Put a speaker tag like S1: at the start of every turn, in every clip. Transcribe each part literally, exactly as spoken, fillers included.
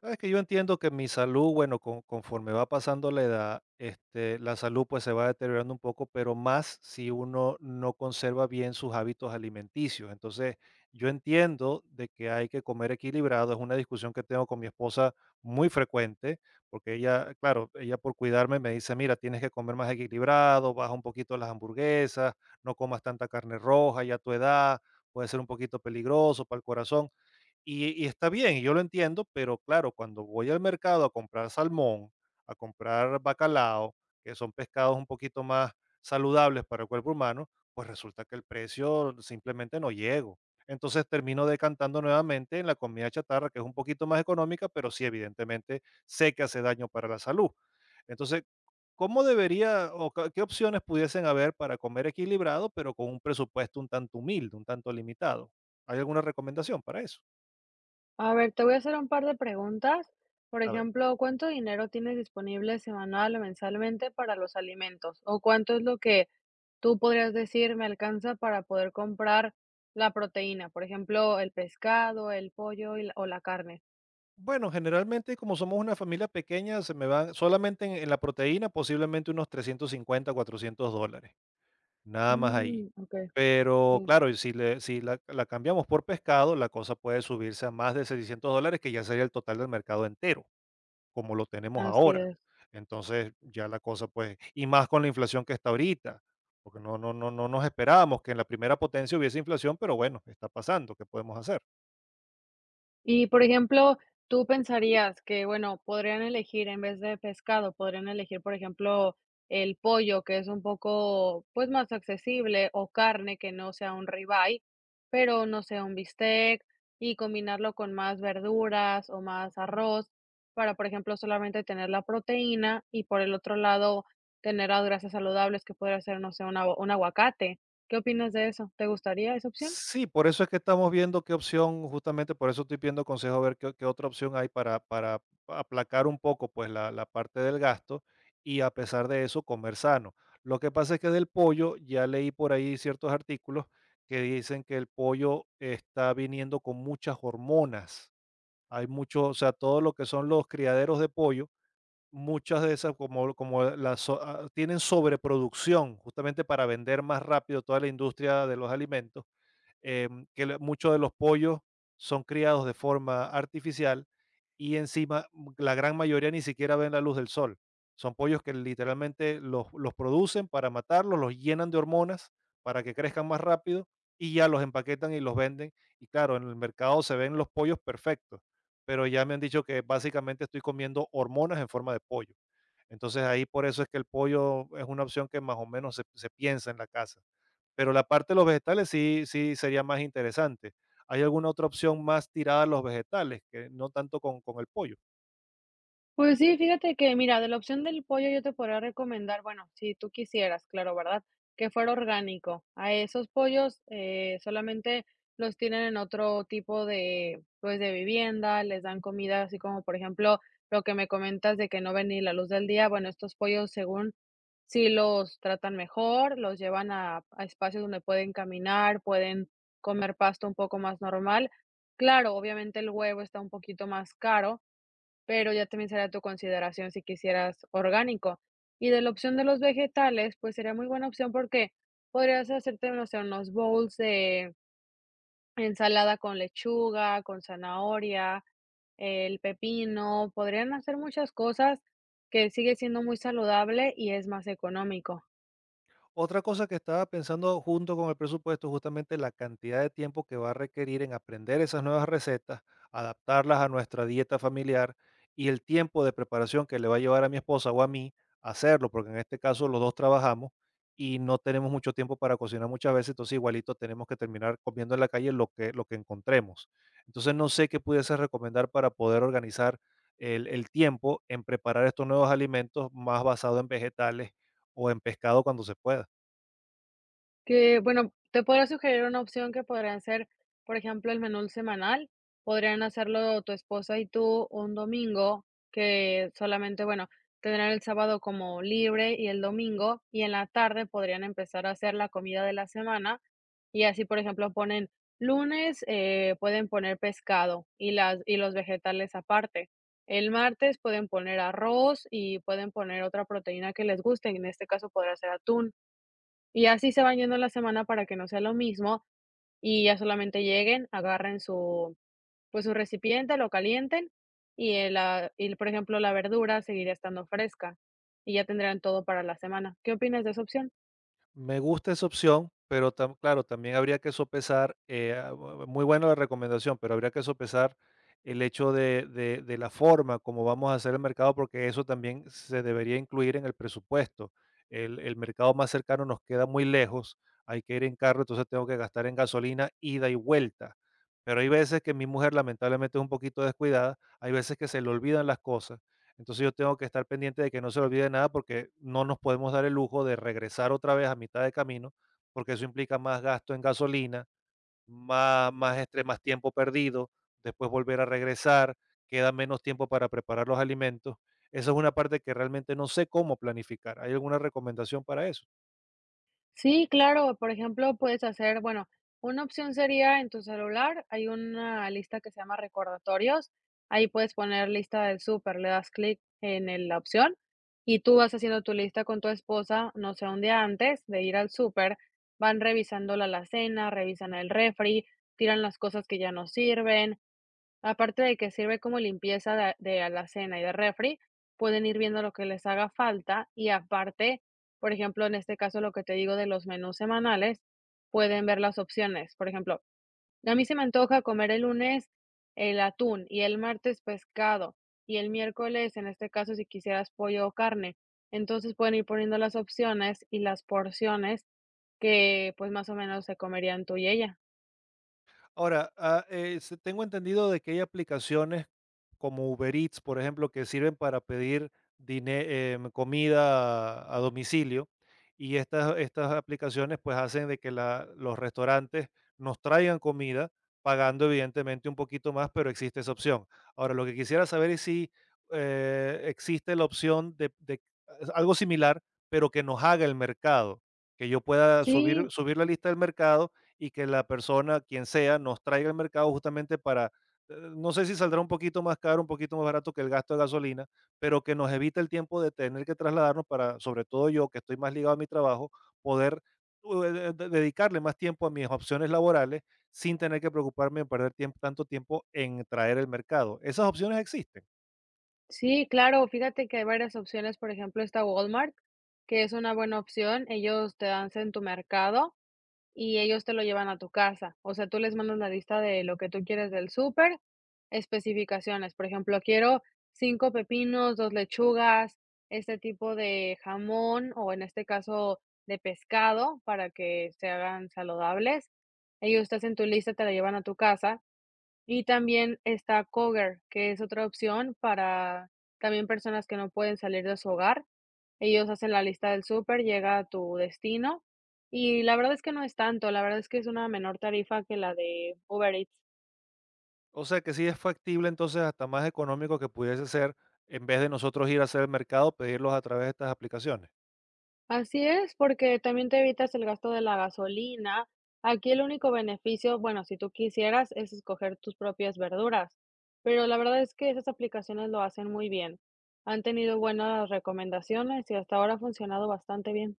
S1: Sabes que yo entiendo que mi salud, bueno, con- conforme va pasando la edad, este, la salud pues se va deteriorando un poco, pero más si uno no conserva bien sus hábitos alimenticios. Entonces, yo entiendo de que hay que comer equilibrado. Es una discusión que tengo con mi esposa muy frecuente, porque ella, claro, ella por cuidarme me dice, mira, tienes que comer más equilibrado, baja un poquito las hamburguesas, no comas tanta carne roja ya a tu edad, puede ser un poquito peligroso para el corazón. Y y está bien, y yo lo entiendo, pero claro, cuando voy al mercado a comprar salmón, a comprar bacalao, que son pescados un poquito más saludables para el cuerpo humano, pues resulta que el precio simplemente no llego. Entonces termino decantando nuevamente en la comida chatarra, que es un poquito más económica, pero sí, evidentemente, sé que hace daño para la salud. Entonces, ¿cómo debería o ca- qué opciones pudiesen haber para comer equilibrado, pero con un presupuesto un tanto humilde, un tanto limitado? ¿Hay alguna recomendación para eso?
S2: A ver, te voy a hacer un par de preguntas. Por
S1: A ver.
S2: ejemplo, ¿cuánto dinero tienes disponible semanal o mensualmente para los alimentos? ¿O cuánto es lo que tú podrías decir me alcanza para poder comprar la proteína? Por ejemplo, el pescado, el pollo y la- o la carne.
S1: Bueno, generalmente como somos una familia pequeña, se me van solamente en, en la proteína posiblemente unos trescientos cincuenta, cuatrocientos dólares, nada más ahí.
S2: Mm, ok,
S1: Pero
S2: sí,
S1: claro, y si, le, si la, la cambiamos por pescado, la cosa puede subirse a más de seiscientos dólares, que ya sería el total del mercado entero, como lo tenemos
S2: así
S1: ahora.
S2: es.
S1: Entonces ya la cosa pues, y más con la inflación que está ahorita, porque no, no, no, no nos esperábamos que en la primera potencia hubiese inflación, pero bueno, está pasando, ¿qué podemos hacer?
S2: Y, por ejemplo, tú pensarías que, bueno, podrían elegir en vez de pescado, podrían elegir, por ejemplo, el pollo, que es un poco, pues, más accesible, o carne que no sea un ribeye, pero no sea un bistec, y combinarlo con más verduras o más arroz para, por ejemplo, solamente tener la proteína y, por el otro lado, tener las grasas saludables que podría ser, no sé, un agu un aguacate. ¿Qué opinas de eso? ¿Te gustaría esa opción?
S1: Sí, por eso es que estamos viendo qué opción, justamente por eso estoy pidiendo consejo a ver qué, qué otra opción hay para, para aplacar un poco pues la, la parte del gasto y a pesar de eso comer sano. Lo que pasa es que del pollo ya leí por ahí ciertos artículos que dicen que el pollo está viniendo con muchas hormonas. Hay mucho, o sea, todo lo que son los criaderos de pollo, muchas de esas como, como las so- ah, tienen sobreproducción justamente para vender más rápido toda la industria de los alimentos em, que la- muchos de los pollos son criados de forma artificial y encima mm, la gran mayoría ni siquiera ven la luz del sol. Son pollos que literalmente los, los producen para matarlos, los llenan de hormonas para que crezcan más rápido y ya los empaquetan y los venden. Y claro, en el mercado se ven los pollos perfectos, pero ya me han dicho que básicamente estoy comiendo hormonas en forma de pollo. Entonces ahí por eso es que el pollo es una opción que más o menos se se piensa en la casa. Pero la parte de los vegetales sí sí sería más interesante. ¿Hay alguna otra opción más tirada a los vegetales, que no tanto con con el pollo?
S2: Pues sí, fíjate que, mira, de la opción del pollo yo te podría recomendar, bueno, si tú quisieras, claro, ¿verdad? Que fuera orgánico. A esos pollos eh, solamente los tienen en otro tipo de, pues, de vivienda, les dan comida, así como, por ejemplo, lo que me comentas de que no ven ni la luz del día. Bueno, estos pollos, según, si los tratan mejor, los llevan a, a espacios donde pueden caminar, pueden comer pasto un poco más normal. Claro, obviamente el huevo está un poquito más caro, pero ya también será tu consideración si quisieras orgánico. Y de la opción de los vegetales, pues sería muy buena opción porque podrías hacerte, no sé, unos bowls de ensalada con lechuga, con zanahoria, el pepino, podrían hacer muchas cosas que sigue siendo muy saludable y es más económico.
S1: Otra cosa que estaba pensando junto con el presupuesto, es justamente la cantidad de tiempo que va a requerir en aprender esas nuevas recetas, adaptarlas a nuestra dieta familiar y el tiempo de preparación que le va a llevar a mi esposa o a mí hacerlo, porque en este caso los dos trabajamos y no tenemos mucho tiempo para cocinar muchas veces, entonces igualito tenemos que terminar comiendo en la calle lo que, lo que encontremos. Entonces no sé qué pudiese recomendar para poder organizar el, el tiempo en preparar estos nuevos alimentos más basados en vegetales o en pescado cuando se pueda.
S2: Que, bueno, te podría sugerir una opción que podrían ser, por ejemplo, el menú semanal. Podrían hacerlo tu esposa y tú un domingo, que solamente, bueno, tendrán el sábado como libre y el domingo, y en la tarde podrían empezar a hacer la comida de la semana. Y así, por ejemplo, ponen lunes, eh, pueden poner pescado y las y los vegetales aparte. El martes pueden poner arroz y pueden poner otra proteína que les guste, en este caso podrá ser atún. Y así se van yendo la semana para que no sea lo mismo, y ya solamente lleguen, agarren su, pues, su recipiente, lo calienten, y el la y, por ejemplo, la verdura seguiría estando fresca, y ya tendrán todo para la semana. ¿Qué opinas de esa opción?
S1: Me gusta esa opción, pero tam- claro, también habría que sopesar, eh, ah, bu- muy buena la recomendación, pero habría que sopesar el hecho de, de- de la forma como vamos a hacer el mercado, porque eso también se debería incluir en el presupuesto. El, el mercado más cercano nos queda muy lejos, hay que ir en carro, entonces tengo que gastar en gasolina, ida y vuelta. Pero hay veces que mi mujer lamentablemente es un poquito descuidada, hay veces que se le olvidan las cosas, entonces yo tengo que estar pendiente de que no se le olvide nada porque no nos podemos dar el lujo de regresar otra vez a mitad de camino, porque eso implica más gasto en gasolina, más, más estrés, más tiempo perdido, después volver a regresar, queda menos tiempo para preparar los alimentos. Esa es una parte que realmente no sé cómo planificar. ¿Hay alguna recomendación para eso?
S2: Sí, claro, por ejemplo, puedes hacer, bueno, una opción sería en tu celular, hay una lista que se llama recordatorios, ahí puedes poner lista del súper, le das clic en el- la opción y tú vas haciendo tu lista con tu esposa, no sé, un día antes de ir al súper, van revisando la alacena, revisan el refri, tiran las cosas que ya no sirven. Aparte de que sirve como limpieza de, de alacena y de refri, pueden ir viendo lo que les haga falta y aparte, por ejemplo, en este caso lo que te digo de los menús semanales, pueden ver las opciones. Por ejemplo, a mí se me antoja comer el lunes el atún y el martes pescado y el miércoles, en este caso, si quisieras pollo o carne. Entonces pueden ir poniendo las opciones y las porciones que pues más o menos se comerían tú y ella.
S1: Ahora, ah, eh, se- tengo entendido de que hay aplicaciones como Uber Eats, por ejemplo, que sirven para pedir dine- em, comida a, a domicilio. Y estas, estas aplicaciones pues hacen de que la- los restaurantes nos traigan comida, pagando evidentemente un poquito más, pero existe esa opción. Ahora, lo que quisiera saber es si eh, existe la opción de, de algo similar, pero que nos haga el mercado, que yo pueda subir,
S2: Sí,
S1: subir la lista del mercado y que la persona, quien sea, nos traiga al mercado justamente para, eh, no sé si saldrá un poquito más caro, un poquito más barato que el gasto de gasolina, pero que nos evite el tiempo de tener que trasladarnos para, sobre todo yo, que estoy más ligado a mi trabajo, poder u- eh, de- dedicarle más tiempo a mis opciones laborales sin tener que preocuparme en perder tiemp- tanto tiempo en traer el mercado. Esas opciones existen.
S2: sí, claro, fíjate que hay varias opciones, por ejemplo, está Walmart, que es una buena opción, ellos te dan en tu mercado y ellos te lo llevan a tu casa, o sea, tú les mandas la lista de lo que tú quieres del súper, especificaciones, por ejemplo, quiero cinco pepinos, dos lechugas, este tipo de jamón o en este caso de pescado para que se hagan saludables. Ellos te hacen tu lista, te la llevan a tu casa y también está Coger, que es otra opción para también personas que no pueden salir de su hogar. Ellos hacen la lista del súper, llega a tu destino y la verdad es que no es tanto, la verdad es que es una menor tarifa que la de Uber Eats.
S1: O sea que sí es factible entonces hasta más económico que pudiese ser en vez de nosotros ir a hacer el mercado, pedirlos a través de estas aplicaciones.
S2: Así es, porque también te evitas el gasto de la gasolina. Aquí el único beneficio, bueno, si tú quisieras, es escoger tus propias verduras, pero la verdad es que esas aplicaciones lo hacen muy bien. Han tenido buenas recomendaciones y hasta ahora ha funcionado bastante bien.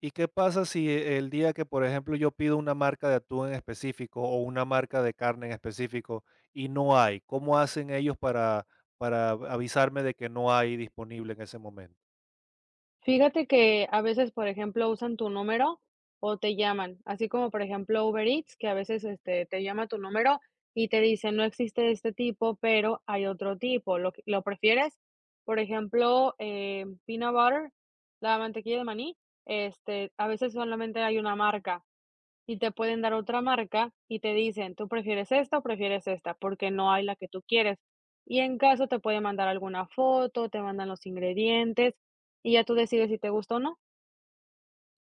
S1: ¿Y qué pasa si e, el día que, por ejemplo, yo pido una marca de atún en específico o una marca de carne en específico y no hay? ¿Cómo hacen ellos para, para avisarme de que no hay disponible en ese momento?
S2: Fíjate que a veces, por ejemplo, usan tu número o te llaman, así como, por ejemplo, Uber Eats, que a veces, este, te llama tu número y te dice: "No existe este tipo, pero hay otro tipo, ¿lo q lo prefieres?". Por ejemplo, eh, peanut butter, la mantequilla de maní, este, a veces solamente hay una marca, y te pueden dar otra marca y te dicen, tú prefieres esta o prefieres esta, porque no hay la que tú quieres. Y en caso te pueden mandar alguna foto, te mandan los ingredientes y ya tú decides si te gusta o no.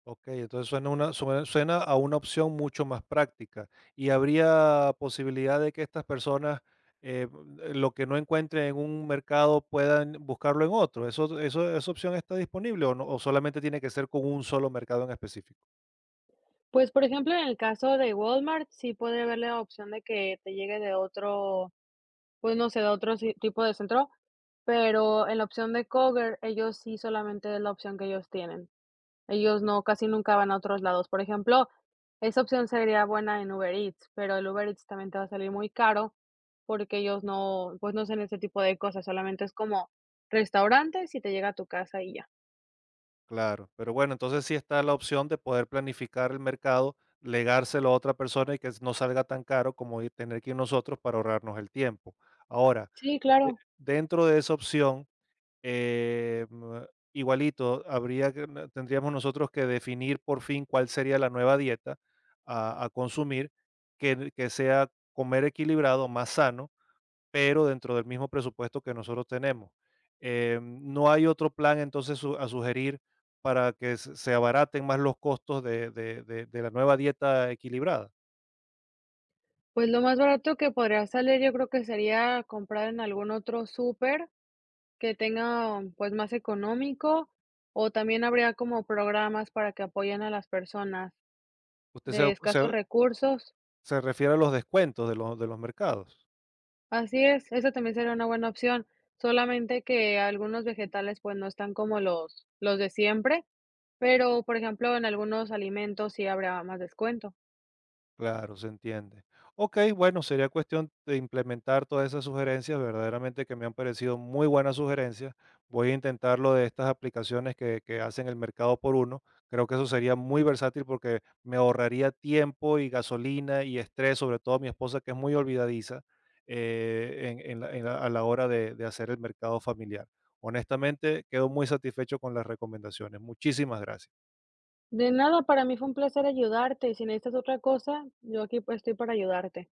S1: Ok, entonces suena, una, suena, suena a una opción mucho más práctica. ¿Y habría posibilidad de que estas personas eh, lo que no encuentren en un mercado puedan buscarlo en otro? ¿Eso, eso, Esa opción está disponible o, no, o solamente tiene que ser con un solo mercado en específico?
S2: Pues, por ejemplo, en el caso de Walmart, sí puede haber la opción de que te llegue de otro, pues no sé, de otro si- tipo de centro, pero en la opción de Kroger, ellos sí solamente es la opción que ellos tienen. Ellos no, casi nunca van a otros lados. Por ejemplo, esa opción sería buena en Uber Eats, pero el Uber Eats también te va a salir muy caro porque ellos no, pues, no hacen ese tipo de cosas, solamente es como restaurantes y te llega a tu casa y ya.
S1: Claro, pero bueno, entonces sí está la opción de poder planificar el mercado, legárselo a otra persona y que no salga tan caro como ir- tener que ir nosotros para ahorrarnos el tiempo. Ahora,
S2: Sí,
S1: de-
S2: claro.
S1: dentro de esa opción, eh, mm, igualito, habría que, na- tendríamos nosotros que definir por fin cuál sería la nueva dieta a, a consumir, que, que sea comer equilibrado, más sano pero dentro del mismo presupuesto que nosotros tenemos. Em, ¿no hay otro plan entonces su- a sugerir para que se se abaraten más los costos de, de- de- de la nueva dieta equilibrada?
S2: Pues lo más barato que podría salir, yo creo que sería comprar en algún otro súper que tenga, pues, más económico, o también habría como programas para que apoyen a las personas
S1: Usted
S2: de
S1: se,
S2: escasos
S1: se-
S2: recursos.
S1: se refiere a los descuentos de los, de los mercados.
S2: Así es, esa también sería una buena opción, solamente que algunos vegetales, pues, no están como los los de siempre, pero, por ejemplo, en algunos alimentos sí habrá más descuento.
S1: Claro, se entiende. Ok, bueno, sería cuestión de implementar todas esas sugerencias, verdaderamente que me han parecido muy buenas sugerencias. Voy a intentar lo de estas aplicaciones que, que hacen el mercado por uno. Creo que eso sería muy versátil porque me ahorraría tiempo y gasolina y estrés, sobre todo mi esposa que es muy olvidadiza eh, en- en la- en la- a la hora de, de hacer el mercado familiar. Honestamente, quedo muy satisfecho con las recomendaciones. Muchísimas gracias.
S2: De nada, para mí fue un placer ayudarte, y si necesitas otra cosa, yo aquí, pues, estoy para ayudarte.